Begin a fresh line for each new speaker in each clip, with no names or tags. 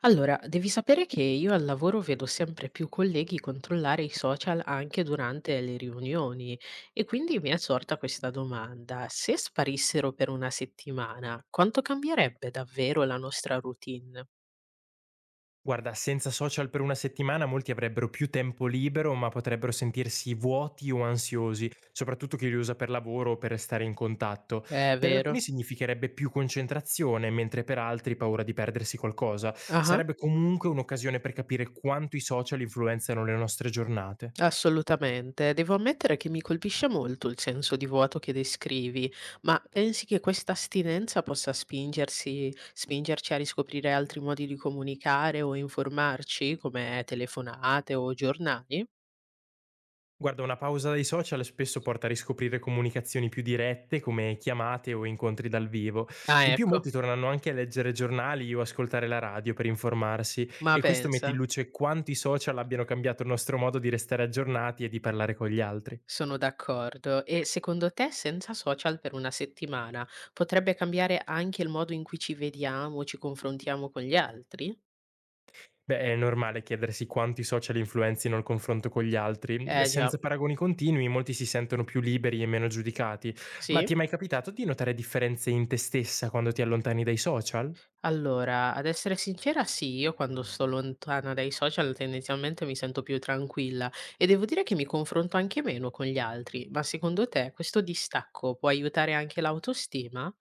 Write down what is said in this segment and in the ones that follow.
Allora, devi sapere che io al lavoro vedo sempre più colleghi controllare i social anche durante le riunioni e quindi mi è sorta questa domanda. Se sparissero per una settimana, quanto cambierebbe davvero la nostra routine?
Guarda, senza social per una settimana molti avrebbero più tempo libero, ma potrebbero sentirsi vuoti o ansiosi, soprattutto chi li usa per lavoro o per restare in contatto.
È
Per alcuni
vero.
significherebbe più concentrazione, mentre per altri paura di perdersi qualcosa.
Ah.
Sarebbe comunque un'occasione per capire quanto i social influenzano le nostre giornate.
Assolutamente. Devo ammettere che mi colpisce molto il senso di vuoto che descrivi, ma pensi che questa astinenza possa spingerci a riscoprire altri modi di comunicare o informarci, come telefonate o giornali?
Guarda, una pausa dai social spesso porta a riscoprire comunicazioni più dirette come chiamate o incontri dal vivo.
Ah,
In più
ecco,
molti tornano anche a leggere giornali o ascoltare la radio per informarsi
ma
e questo mette in
pensa,
luce quanto i social abbiano cambiato il nostro modo di restare aggiornati e di parlare con gli altri.
sono d'accordo. E secondo te, senza social per una settimana, potrebbe cambiare anche il modo in cui ci vediamo, ci confrontiamo con gli altri?
Beh, è normale chiedersi quanto i social influenzino il confronto con gli altri.
Eh già,
Senza paragoni continui molti si sentono più liberi e meno giudicati. Ma ti
sì.
è mai capitato di notare differenze in te stessa quando ti allontani dai social?
Allora, ad essere sincera sì, io quando sto lontana dai social tendenzialmente mi sento più tranquilla e devo dire che mi confronto anche meno con gli altri, ma secondo te questo distacco può aiutare anche l'autostima?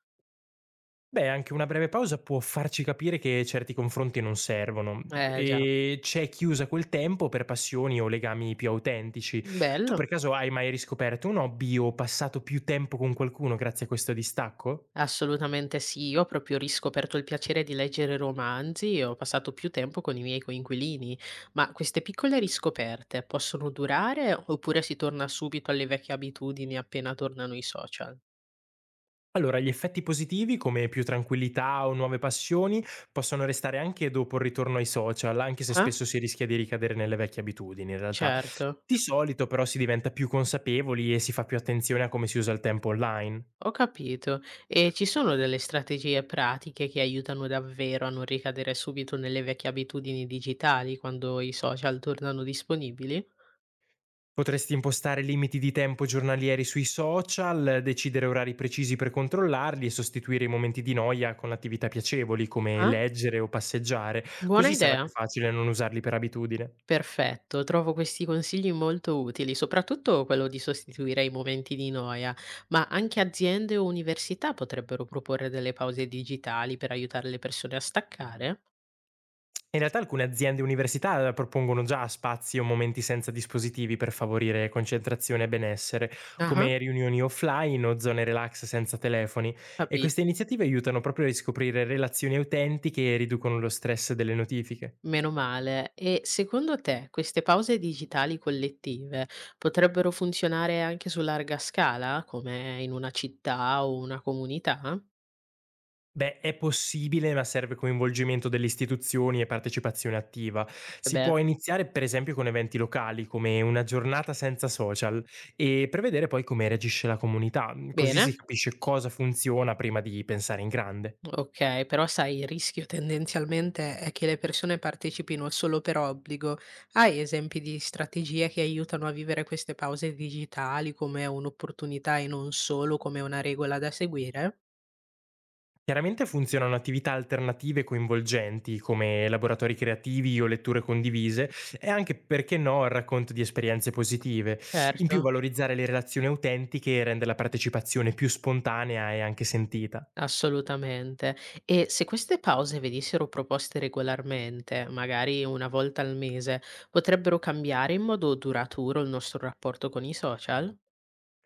Beh, anche una breve pausa può farci capire che certi confronti non servono
Eh già,
e c'è chi usa quel tempo per passioni o legami più autentici. Tu
bello.
per caso hai mai riscoperto un hobby o passato più tempo con qualcuno grazie a questo distacco?
Assolutamente sì, io ho proprio riscoperto il piacere di leggere romanzi e ho passato più tempo con i miei coinquilini, ma queste piccole riscoperte possono durare oppure si torna subito alle vecchie abitudini appena tornano i social?
Allora, gli effetti positivi, come più tranquillità o nuove passioni, possono restare anche dopo il ritorno ai social, anche se
Ah,
spesso si rischia di ricadere nelle vecchie abitudini, in realtà.
certo.
Di solito però si diventa più consapevoli e si fa più attenzione a come si usa il tempo online.
Ho capito. E ci sono delle strategie pratiche che aiutano davvero a non ricadere subito nelle vecchie abitudini digitali quando i social tornano disponibili?
Potresti impostare limiti di tempo giornalieri sui social, decidere orari precisi per controllarli e sostituire i momenti di noia con attività piacevoli come
Ah,
leggere o passeggiare,
buona
così sarà più
idea.
facile non usarli per abitudine.
Perfetto, trovo questi consigli molto utili, soprattutto quello di sostituire i momenti di noia, ma anche aziende o università potrebbero proporre delle pause digitali per aiutare le persone a staccare?
In realtà alcune aziende e università propongono già spazi o momenti senza dispositivi per favorire concentrazione e benessere,
Ah,
come riunioni offline o zone relax senza telefoni, e queste
capito.
iniziative aiutano proprio a riscoprire relazioni autentiche e riducono lo stress delle notifiche.
Meno male. E secondo te queste pause digitali collettive potrebbero funzionare anche su larga scala, come in una città o una comunità?
Beh, è possibile, ma serve coinvolgimento delle istituzioni e partecipazione attiva.
Eh
Si
beh,
può iniziare, per esempio, con eventi locali, come una giornata senza social, e prevedere poi come reagisce la comunità, così si
bene,
capisce cosa funziona prima di pensare in grande.
ok, però sai, il rischio tendenzialmente è che le persone partecipino solo per obbligo. Hai esempi di strategie che aiutano a vivere queste pause digitali come un'opportunità e non solo come una regola da seguire?
Chiaramente funzionano attività alternative coinvolgenti, come laboratori creativi o letture condivise, e anche, perché no, il racconto di esperienze positive. In più,
Certo.
valorizzare le relazioni autentiche rende la partecipazione più spontanea e anche sentita.
Assolutamente. E se queste pause venissero proposte regolarmente, magari una volta al mese, potrebbero cambiare in modo duraturo il nostro rapporto con i social?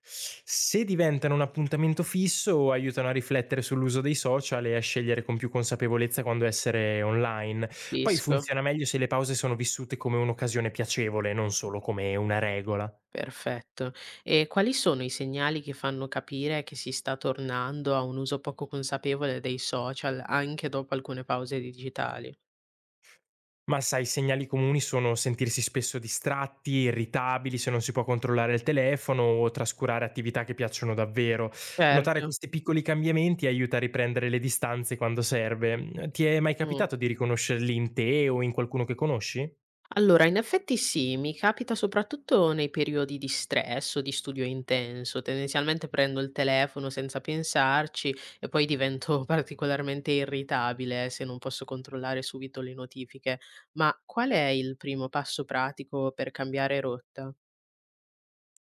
Se diventano un appuntamento fisso, aiutano a riflettere sull'uso dei social e a scegliere con più consapevolezza quando essere online. Poi
Capisco.
funziona meglio se le pause sono vissute come un'occasione piacevole, non solo come una regola.
Perfetto. E quali sono i segnali che fanno capire che si sta tornando a un uso poco consapevole dei social anche dopo alcune pause digitali?
Ma sai, i segnali comuni sono sentirsi spesso distratti, irritabili se non si può controllare il telefono o trascurare attività che piacciono davvero. Notare
Certo.
questi piccoli cambiamenti aiuta a riprendere le distanze quando serve. Ti è mai
Mm.
capitato di riconoscerli in te o in qualcuno che conosci?
Allora, in effetti sì, mi capita soprattutto nei periodi di stress o di studio intenso. Tendenzialmente prendo il telefono senza pensarci e poi divento particolarmente irritabile se non posso controllare subito le notifiche. Ma qual è il primo passo pratico per cambiare rotta?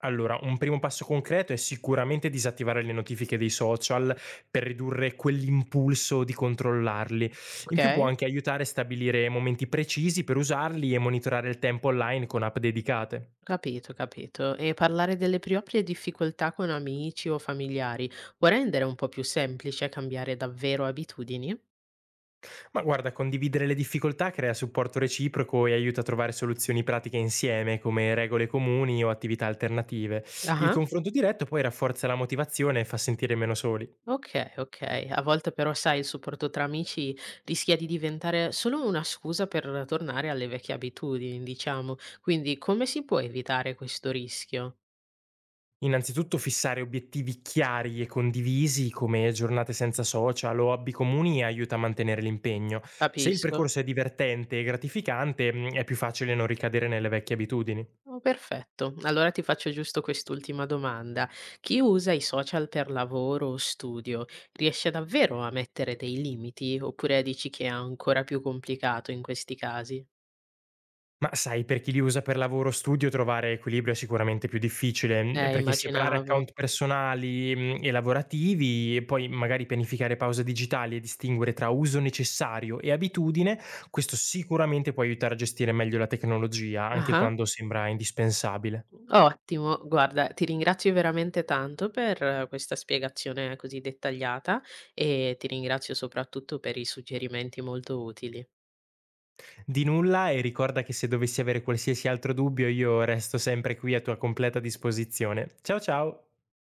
Allora, un primo passo concreto è sicuramente disattivare le notifiche dei social per ridurre quell'impulso di controllarli. In più può
Ok?
anche aiutare a stabilire momenti precisi per usarli e monitorare il tempo online con app dedicate.
Capito, capito. E parlare delle proprie difficoltà con amici o familiari può rendere un po' più semplice cambiare davvero abitudini?
Ma guarda, condividere le difficoltà crea supporto reciproco e aiuta a trovare soluzioni pratiche insieme, come regole comuni o attività alternative. Il
Ah.
confronto diretto poi rafforza la motivazione e fa sentire meno soli.
Okay, okay. A volte però, sai, il supporto tra amici rischia di diventare solo una scusa per tornare alle vecchie abitudini, diciamo. Quindi come si può evitare questo rischio?
Innanzitutto fissare obiettivi chiari e condivisi come giornate senza social o hobby comuni aiuta a mantenere l'impegno. Se il
Capisco.
percorso è divertente e gratificante, è più facile non ricadere nelle vecchie abitudini.
Oh, perfetto. Allora ti faccio giusto quest'ultima domanda. Chi usa i social per lavoro o studio riesce davvero a mettere dei limiti oppure dici che è ancora più complicato in questi casi?
Ma sai, per chi li usa per lavoro o studio trovare equilibrio è sicuramente più difficile, perché separare
Immaginavo.
account personali, e lavorativi e poi magari pianificare pause digitali e distinguere tra uso necessario e abitudine, questo sicuramente può aiutare a gestire meglio la tecnologia, anche
Ah-ah.
quando sembra indispensabile.
Ottimo, guarda, ti ringrazio veramente tanto per questa spiegazione così dettagliata e ti ringrazio soprattutto per i suggerimenti molto utili.
Di nulla e ricorda che se dovessi avere qualsiasi altro dubbio io resto sempre qui a tua completa disposizione. Ciao, ciao.